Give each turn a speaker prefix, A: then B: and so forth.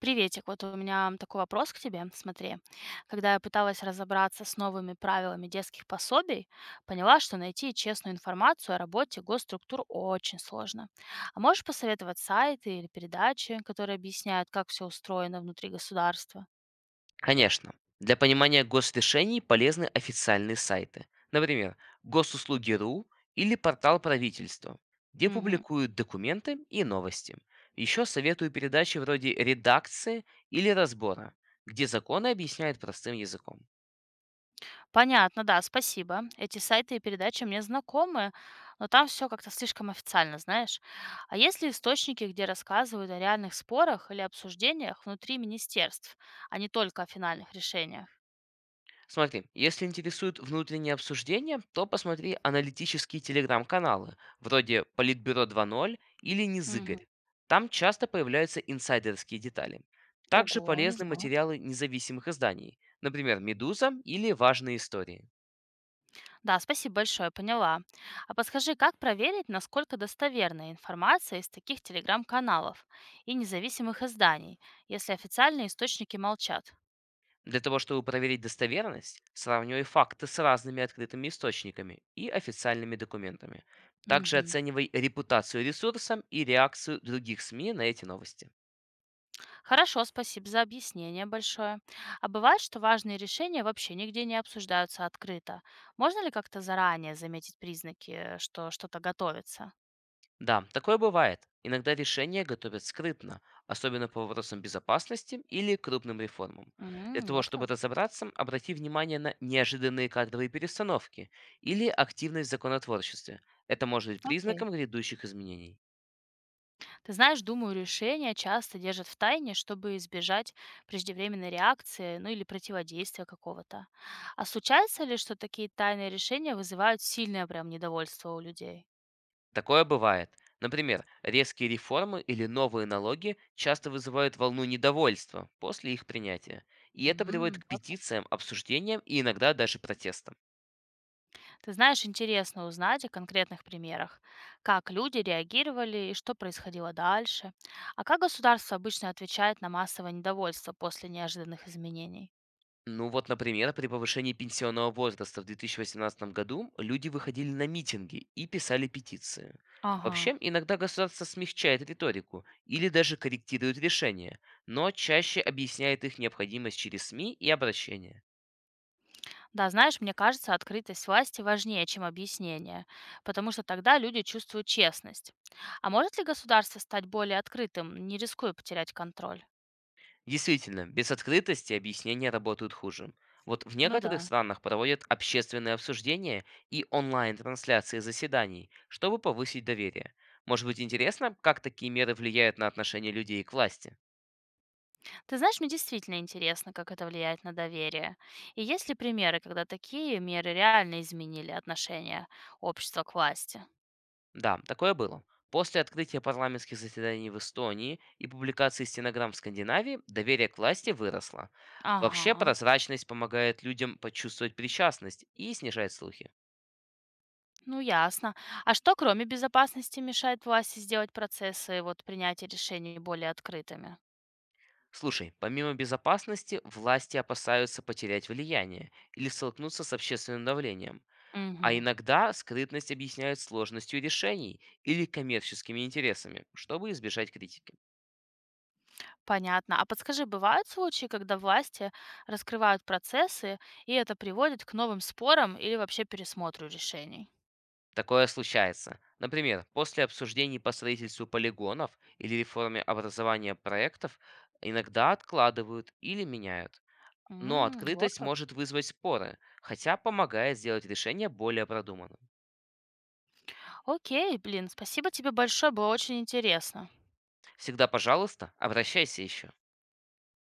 A: Приветик, вот у меня такой вопрос к тебе. Смотри, когда я пыталась разобраться с новыми правилами детских пособий, поняла, что найти честную информацию о работе госструктур очень сложно. А можешь посоветовать сайты или передачи, которые объясняют, как все устроено внутри государства?
B: Конечно, для понимания госрешений полезны официальные сайты. Например, госуслуги.ру или портал правительства, где
A: Мгм.
B: публикуют документы и новости. Еще советую передачи вроде «Редакции» или «Разбора», где законы объясняют простым языком.
A: Понятно, да, спасибо. Эти сайты и передачи мне знакомы, но там все как-то слишком официально, знаешь. А есть ли источники, где рассказывают о реальных спорах или обсуждениях внутри министерств, а не только о финальных решениях?
B: Смотри, если интересуют внутренние обсуждения, то посмотри аналитические телеграм-каналы, вроде Политбюро 2.0 или
A: Мгм.
B: Незыгорь. Там часто появляются инсайдерские детали. Также
A: Ого, не
B: полезны
A: знала.
B: материалы независимых изданий, например, «Медуза» или «Важные истории».
A: Да, спасибо большое, поняла. А подскажи, как проверить, насколько достоверная информация из таких телеграм-каналов и независимых изданий, если официальные источники молчат?
B: Для того, чтобы проверить достоверность, сравнивай факты с разными открытыми источниками и официальными документами. Также
A: Мгм.
B: оценивай репутацию ресурса и реакцию других СМИ на эти новости.
A: Хорошо, спасибо за объяснение большое. А бывает, что важные решения вообще нигде не обсуждаются открыто. Можно ли как-то заранее заметить признаки, что что-то готовится?
B: Да, такое бывает. Иногда решения готовят скрытно, особенно по вопросам безопасности или крупным реформам. Для
A: М,
B: того,
A: вот
B: чтобы
A: как.
B: разобраться, обрати внимание на неожиданные кадровые перестановки или активность в законотворчестве. Это может быть
A: Окей.
B: признаком грядущих изменений.
A: Ты знаешь, думаю, решения часто держат в тайне, чтобы избежать преждевременной реакции, ну или противодействия какого-то. А случается ли, что такие тайные решения вызывают сильное прям недовольство у людей?
B: Такое бывает. Например, резкие реформы или новые налоги часто вызывают волну недовольства после их принятия. И это приводит
A: М,
B: к
A: вот.
B: петициям, обсуждениям и иногда даже протестам.
A: Ты знаешь, интересно узнать о конкретных примерах, как люди реагировали и что происходило дальше, а как государство обычно отвечает на массовое недовольство после неожиданных изменений.
B: Ну вот, например, при повышении пенсионного возраста в 2018 году люди выходили на митинги и писали петиции.
A: Ага.
B: Вообще, иногда государство смягчает риторику или даже корректирует решения, но чаще объясняет их необходимость через СМИ и обращения.
A: Да, знаешь, мне кажется, открытость власти важнее, чем объяснение, потому что тогда люди чувствуют честность. А может ли государство стать более открытым, не рискуя потерять контроль?
B: Действительно, без открытости объяснения работают хуже. Вот в
A: Ну
B: некоторых
A: да.
B: странах проводят общественные обсуждения и онлайн-трансляции заседаний, чтобы повысить доверие. Может быть интересно, как такие меры влияют на отношение людей к власти?
A: Ты знаешь, мне действительно интересно, как это влияет на доверие. И есть ли примеры, когда такие меры реально изменили отношение общества к власти?
B: Да, такое было. После открытия парламентских заседаний в Эстонии и публикации стенограмм в Скандинавии доверие к власти выросло. Вообще
A: Ага,
B: прозрачность помогает людям почувствовать причастность и снижает слухи.
A: ну ясно. А что, кроме безопасности, мешает власти сделать процессы принятия решений более открытыми?
B: Слушай, помимо безопасности, власти опасаются потерять влияние или столкнуться с общественным давлением. А
A: Мгм.
B: иногда скрытность объясняют сложностью решений или коммерческими интересами, чтобы избежать критики.
A: Понятно. А подскажи, бывают случаи, когда власти раскрывают процессы, и это приводит к новым спорам или вообще пересмотру решений?
B: Такое случается. Например, после обсуждений по строительству полигонов или реформе образования проектов иногда откладывают или меняют. Но
A: М, вот
B: открытость
A: как.
B: может вызвать споры, хотя помогает сделать решение более продуманным.
A: Окей, блин, спасибо тебе большое, было очень интересно.
B: Всегда, пожалуйста, обращайся еще.